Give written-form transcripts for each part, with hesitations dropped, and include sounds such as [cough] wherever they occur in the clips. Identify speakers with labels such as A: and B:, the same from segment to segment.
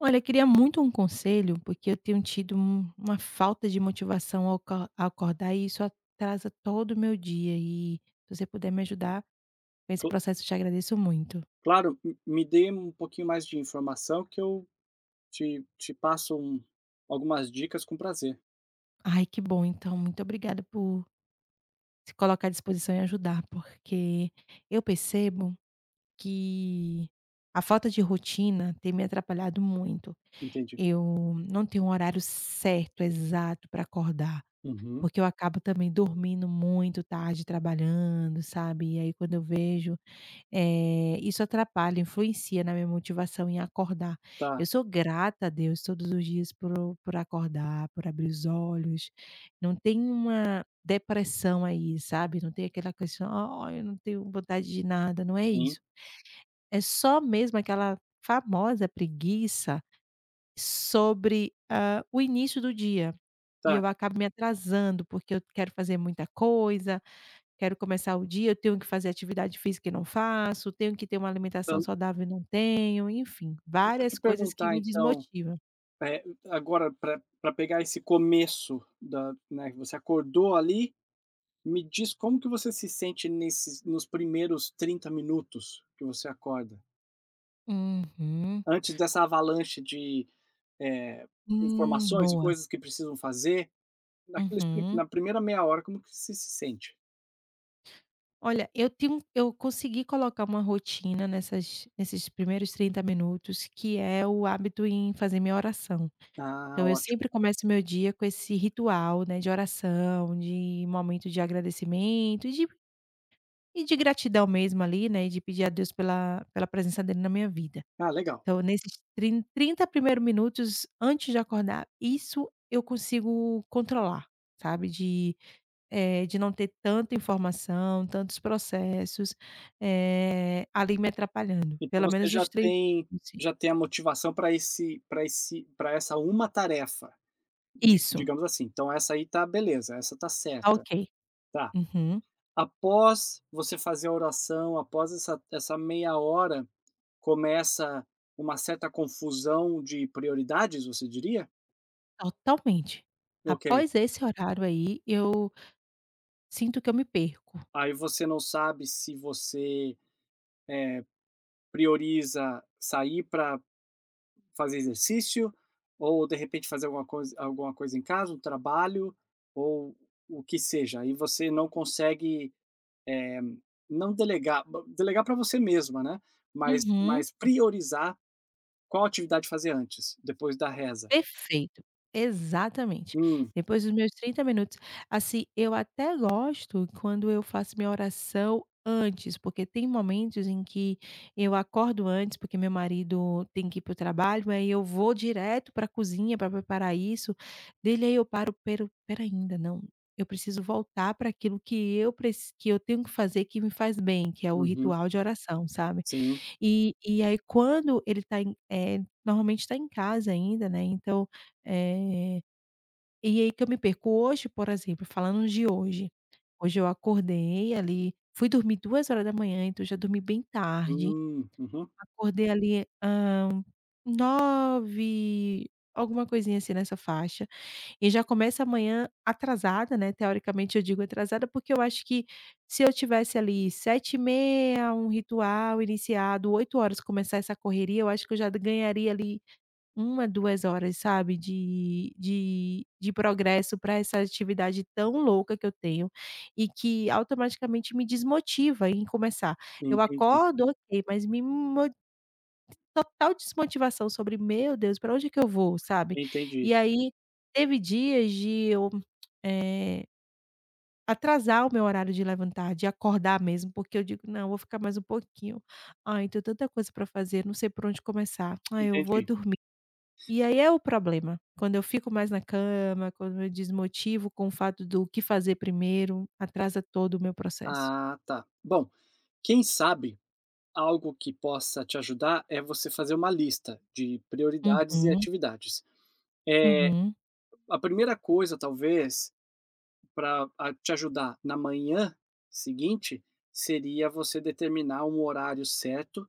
A: Olha, eu queria muito um conselho, porque eu tenho tido uma falta de motivação ao acordar, e isso atrasa todo o meu dia, e se você puder me ajudar com esse
B: Cl
A: processo, eu te agradeço muito.
B: claro, m me dê um pouquinho mais de informação que eu te passo algumas dicas com prazer.
A: Ai, que bom então, muito obrigada por se colocar à disposição e ajudar, porque eu percebo que a falta de rotina tem me atrapalhado muito.
B: Entendi.
A: Eu não tenho um horário certo, exato, para acordar.
B: Uhum.
A: Porque eu acabo também dormindo muito tarde trabalhando, sabe. E aí quando eu vejo, isso atrapalha, influencia na minha motivação em acordar.
B: Tá,
A: Eu sou grata a Deus todos os dias por acordar, por abrir os olhos. Não tem uma depressão aí, sabe. Não tem aquela questão: "Ai, eu não tenho vontade de nada", não é
B: sim.
A: isso. É só mesmo aquela famosa preguiça sobre, o início do dia. E
B: Tá,
A: eu acabo me atrasando, porque eu quero fazer muita coisa, quero começar o dia, eu tenho que fazer atividade física e não faço, tenho que ter uma alimentação
B: então
A: saudável e não tenho, enfim,
B: deixa eu te
A: várias coisas que
B: perguntar
A: me
B: então,
A: desmotivam.
B: eh, agora para pra pegar esse começo da, né, que você acordou ali, me diz como que você se sente nesses nos primeiros 30 minutos que você acorda?
A: Uhum.
B: Antes dessa avalanche de, eh, informações e
A: Boa.
B: coisas que precisam fazer, Naqueles pri
A: Uhum.
B: na primeira meia hora, como que você se sente?
A: Olha, eu consegui colocar uma rotina nessas nesses primeiros 30 minutos, que é o hábito em fazer minha oração.
B: "Ah,
A: Então eu
B: ótimo.
A: sempre começo meu dia com esse ritual, né, de oração, de momento de agradecimento e de gratidão mesmo ali, né, e de pedir a Deus pela presença dele na minha vida.
B: Ah, legal."
A: Então nesses trin 30 primeiros minutos antes de acordar, isso eu consigo controlar, sabe, de não ter tanta informação, tantos processos, ali me atrapalhando,
B: Então
A: pelo
B: você
A: menos
B: já
A: os 30
B: tem,
A: minutos.
B: já tem a motivação para esse, para essa uma tarefa, di
A: Isso,
B: digamos assim. Então essa aí tá beleza, essa tá
A: tá
B: certa,
A: ok.
B: tá.
A: Uhum,
B: Após você fazer a oração, após essa meia hora, começa uma certa confusão de prioridades, você diria?
A: totalmente.
B: Ok.
A: Após esse horário aí, eu sinto que eu me perco.
B: Aí você não sabe se você prioriza sair para fazer exercício, ou de repente fazer alguma coisa em casa, um trabalho, ou o que seja, e você não consegue não delegar, delegar para você mesma, né? Mas,
A: Uhum.
B: mas priorizar qual atividade fazer antes, depois da reza.
A: Perfeito, exatamente.
B: Hum,
A: Depois dos meus 30 minutos, assim, eu até gosto quando eu faço minha oração antes, porque tem momentos em que eu acordo antes, porque meu marido tem que ir para o trabalho, aí eu vou direto para a cozinha para preparar isso dele. Aí eu paro, pero pera, ainda não, eu preciso voltar para aquilo que eu tenho que fazer, que me faz bem, que é o
B: uhum,
A: ritual de oração, sabe.
B: sim.
A: E aí, quando ele normalmente tá em casa ainda, né, então, eh, e aí que eu me perco. Hoje, por exemplo, falando de hoje, hoje eu acordei ali, fui dormir 2 horas da manhã, então já dormi bem tarde.
B: Uhum,
A: Acordei ali 9, alguma coisinha assim, nessa faixa. E já começa amanhã atrasada, né, teoricamente eu digo atrasada, porque eu acho que se eu tivesse ali 7h30 um ritual iniciado, 8 horas começar essa correria, eu acho que eu já ganharia ali uma, 2 horas, sabe, de progresso para essa atividade tão louca que eu tenho, e que automaticamente me desmotiva em começar. Eu
B: entendi,
A: acordo, ok, mas me mo total desmotivação sobre: "Meu Deus, para onde é que eu vou?", sabe.
B: entendi,
A: E aí teve dias de eu, eh, atrasar o meu horário de levantar, de acordar mesmo, porque eu digo: "Não, vou ficar mais um pouquinho. Ai, tenho tanta coisa para fazer, não sei por onde começar. Ai, eu vou
B: entendi.
A: dormir". E aí é o problema, quando eu fico mais na cama, quando eu desmotivo com o fato do que fazer primeiro, atrasa todo o meu processo.
B: Ah, tá. Bom, quem sabe algo que possa te ajudar é você fazer uma lista de prioridades e
A: Uhum,
B: atividades. É,
A: uhum,
B: a primeira coisa, talvez, para te ajudar na manhã seguinte, seria você determinar um horário certo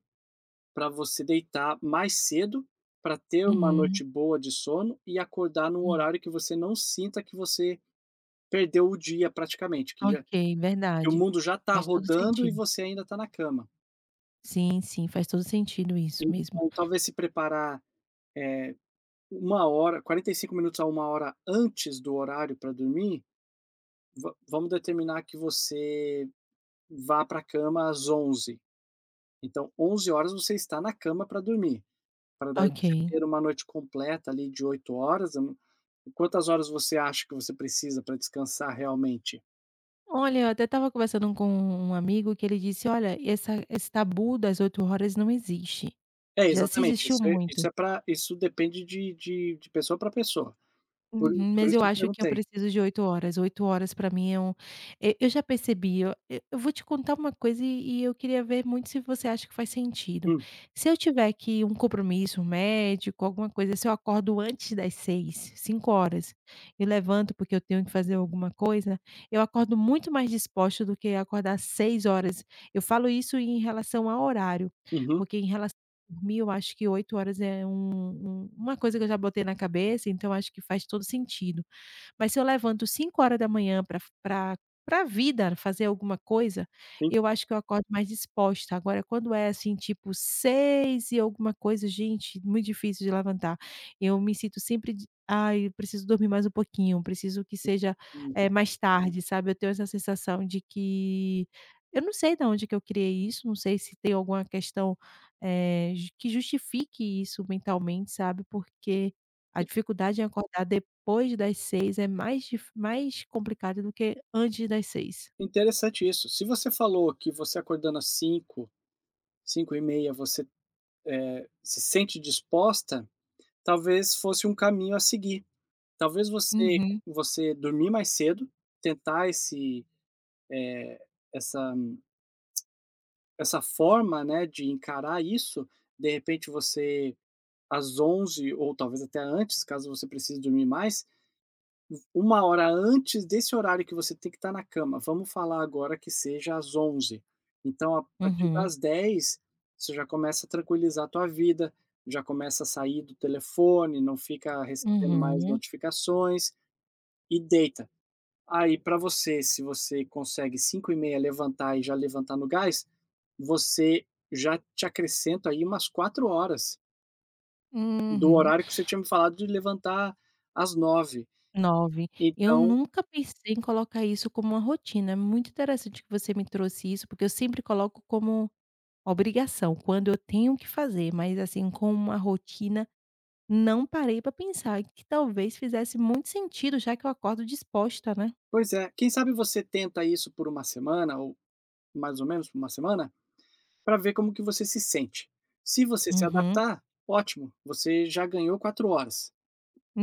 B: para você deitar mais cedo, para ter uma noite
A: uhum,
B: boa de sono e acordar num
A: hum.
B: horário que você não sinta que você perdeu o dia praticamente, que já,
A: Ok,
B: que o
A: verdade.
B: mundo já está
A: Faz todo
B: rodando e
A: sentido.
B: você ainda está na cama.
A: Sim, sim, faz todo sentido isso mesmo.
B: Então, talvez se preparar, eh, 1 hora 45 minutos a uma hora antes do horário para dormir, va vamos determinar que você vá para a cama às 11. Então 11 horas você está na cama para dormir, para daí
A: Ok.
B: você ter uma noite completa ali de 8 horas. Hum, quantas horas você acha que você precisa para descansar realmente?
A: Olha, eu até estava conversando com um amigo que ele disse: "Olha, essa esse tabu das 8 horas não existe.
B: É,
A: Já se
B: exatamente,
A: existiu
B: isso é
A: muito".
B: isso é pra, isso depende de pessoa para pessoa, por
A: Uhum,
B: por
A: mas
B: isso
A: eu
B: que eu
A: acho que eu
B: perguntei.
A: preciso de 8 horas. 8 horas para mim é um. E eu já percebi, eu vou te contar uma coisa, e eu queria ver muito se você acha que faz sentido.
B: Hum,
A: Se eu tiver aqui um compromisso, um médico, alguma coisa, se eu acordo antes das 6, 5 horas, e levanto porque eu tenho que fazer alguma coisa, eu acordo muito mais disposta do que acordar às 6 horas. Eu falo isso em relação ao horário,
B: uhum,
A: porque em relação dormir, eu acho que 8 horas é uma coisa que eu já botei na cabeça, então acho que faz todo sentido. Mas se eu levanto 5 horas da manhã para a vida, fazer alguma coisa,
B: sim.
A: eu acho que eu acordo mais disposta. Agora quando é, assim, tipo 6 e alguma coisa, gente, muito difícil de levantar. Eu me sinto sempre de: "Ai, eu preciso dormir mais um pouquinho, preciso que seja,
B: Hum,
A: mais tarde", sabe. Eu tenho essa sensação de que eu não sei de onde que eu criei isso, não sei se tem alguma questão, eh, ju que justifique isso mentalmente, sabe, porque a
B: in
A: dificuldade em acordar depois das 6 é mais complicado do que antes das seis h
B: interessante isso. Se você falou que você acordando às 5, 5:30 você se sente disposta, talvez fosse um caminho a seguir. Talvez
A: Uhum,
B: você dormir mais cedo, tentar esse essa essa forma, né, de encarar isso, de repente você às 11 ou talvez até antes, caso você precise dormir mais, uma hora antes desse horário que você tem que estar na cama, vamos falar agora que seja às 11. Então a partir
A: uhum,
B: das 10 você já começa a tranquilizar a tua vida, já começa a sair do telefone, não fica recebendo mais
A: uhum,
B: notificações e deita. Aí para você, se você consegue 5:30 levantar e já levantar no gás, você já te acrescenta aí umas 4 horas do
A: uhum.
B: horário que você tinha me falado de levantar às 9.
A: 9. Eu
B: Então
A: nunca pensei em colocar isso como uma rotina, é muito interessante que você me trouxe isso, porque eu sempre coloco como obrigação, quando eu tenho que fazer, mas assim, com uma rotina, não parei para pensar que talvez fizesse muito sentido, já que eu acordo disposta, né.
B: pois é, quem sabe você tenta isso por uma semana ou mais ou menos por uma semana, para ver como que você se sente. Se você se
A: Uhum,
B: adaptar, ótimo, você já ganhou 4 horas.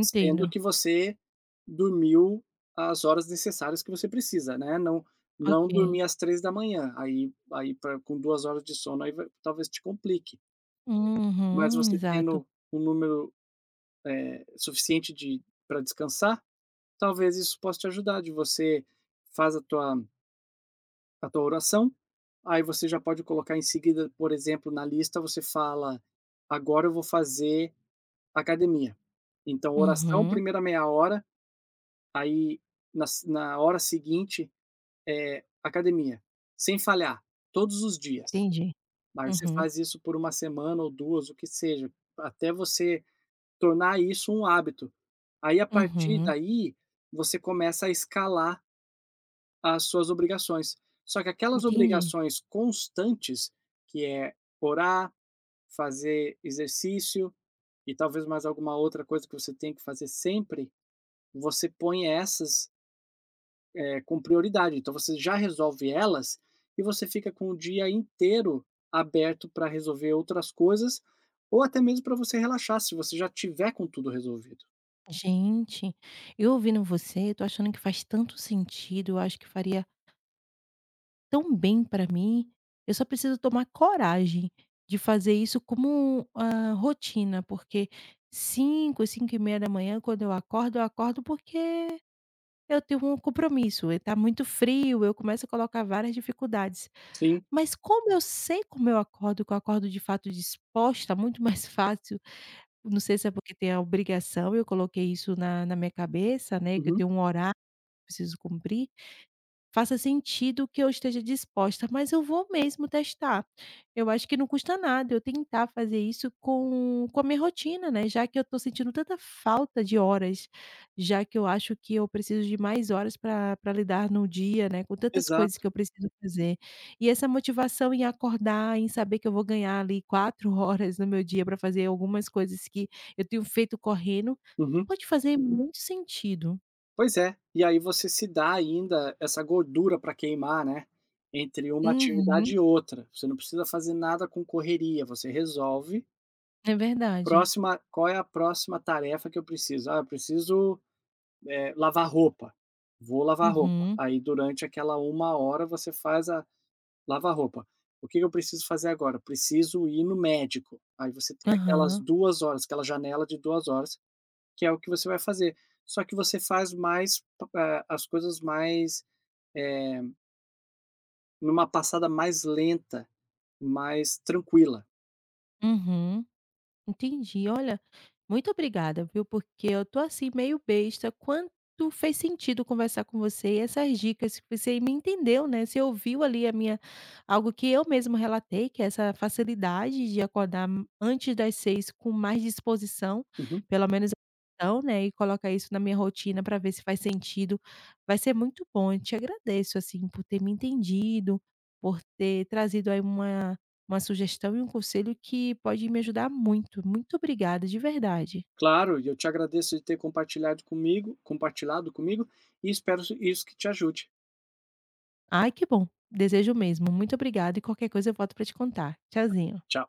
B: Sendo que você dormiu as horas necessárias que você precisa, né, não, não
A: Ok.
B: dormir às 3 da manhã, aí pra, com 2 horas de sono, aí vai talvez te complique. Mas
A: Uhum,
B: você
A: exato.
B: tendo um número, suficiente de, para descansar, talvez isso possa te ajudar, de você faz a tua oração, aí você já pode colocar em seguida, por exemplo, na lista você fala: "Agora eu vou fazer academia". Então oração,
A: Uhum.
B: primeira meia hora. Aí, na se na hora seguinte, academia, sem falhar, todos os dias.
A: Entendi.
B: Mas você
A: Uhum,
B: faz isso por uma semana ou 2, o que seja, até você tornar isso um hábito. Aí, a partir
A: uhum.
B: daí, você começa a escalar as suas obrigações. Só que aquelas
A: Entendi.
B: obrigações constantes, que é orar, fazer exercício e talvez mais alguma outra coisa que você tem que fazer sempre, você põe essas, é, com prioridade. Então você já resolve elas e você fica com o dia inteiro aberto para resolver outras coisas ou até mesmo para você relaxar se você já tiver com tudo resolvido.
A: Gente, eu ouvindo você, eu tô achando que faz tanto sentido, eu acho que faria tão bem pra mim. Eu só preciso tomar coragem de fazer isso como, rotina, porque 5, 5h30 da manhã quando eu acordo porque eu tenho um compromisso, e tá muito frio, eu começo a colocar várias dificuldades.
B: Sim,
A: Mas como eu sei como eu acordo, que eu acordo de fato disposta, muito [laughs] mais fácil. Não sei se é porque tem a obrigação, eu coloquei isso na minha cabeça, né, que eu
B: uhum,
A: tenho um horário que eu preciso cumprir. Faça sentido que eu esteja disposta, mas eu vou mesmo testar. Eu acho que não custa nada eu tentar fazer isso com a minha rotina, né, já que eu estou sentindo tanta falta de horas, já que eu acho que eu preciso de mais horas para pra lidar no dia, né, com tantas coisas
B: exato.
A: que eu preciso fazer. E essa motivação em acordar, em saber que eu vou ganhar ali 4 [laughs] horas no meu dia para fazer algumas coisas que eu tenho feito correndo,
B: Uhum.
A: pode fazer muito sentido.
B: Pois é. E aí você se dá ainda essa gordura para queimar, né? Entre uma
A: Uhum,
B: atividade e outra. Você não precisa fazer nada com correria. Você resolve.
A: é verdade.
B: Próxima, qual é a próxima tarefa que eu preciso? Ah, eu preciso, lavar roupa, vou lavar roupa.
A: Uhum.
B: Aí durante aquela uma hora você faz a lavar roupa. O que que eu preciso fazer agora? Preciso ir no médico. Aí você tem aquelas
A: Aham.
B: 2 horas, aquela janela de 2 horas, que é o que você vai fazer. Só que você faz mais pa as coisas mais, eh, numa passada mais lenta, mais tranquila.
A: Uhum. Entendi. Olha, muito obrigada, viu, porque eu tô assim meio besta, quanto fez sentido conversar com você, e essas dicas que você me entendeu, né, você ouviu ali a minha algo que eu mesmo relatei, que é essa facilidade de acordar antes das 6 com mais disposição,
B: Uhum.
A: pelo menos então, né, e colocar isso na minha rotina para ver se faz sentido. Vai ser muito bom, eu te agradeço, assim, por ter me entendido, por ter trazido aí uma sugestão e um conselho que pode me ajudar muito. Muito obrigada, de verdade.
B: Claro, e eu te agradeço de ter compartilhado comigo, e espero isso que te ajude.
A: Ai, que bom. Desejo mesmo. Muito obrigada, e qualquer coisa eu volto para te contar. Tchauzinho.
B: Tchau.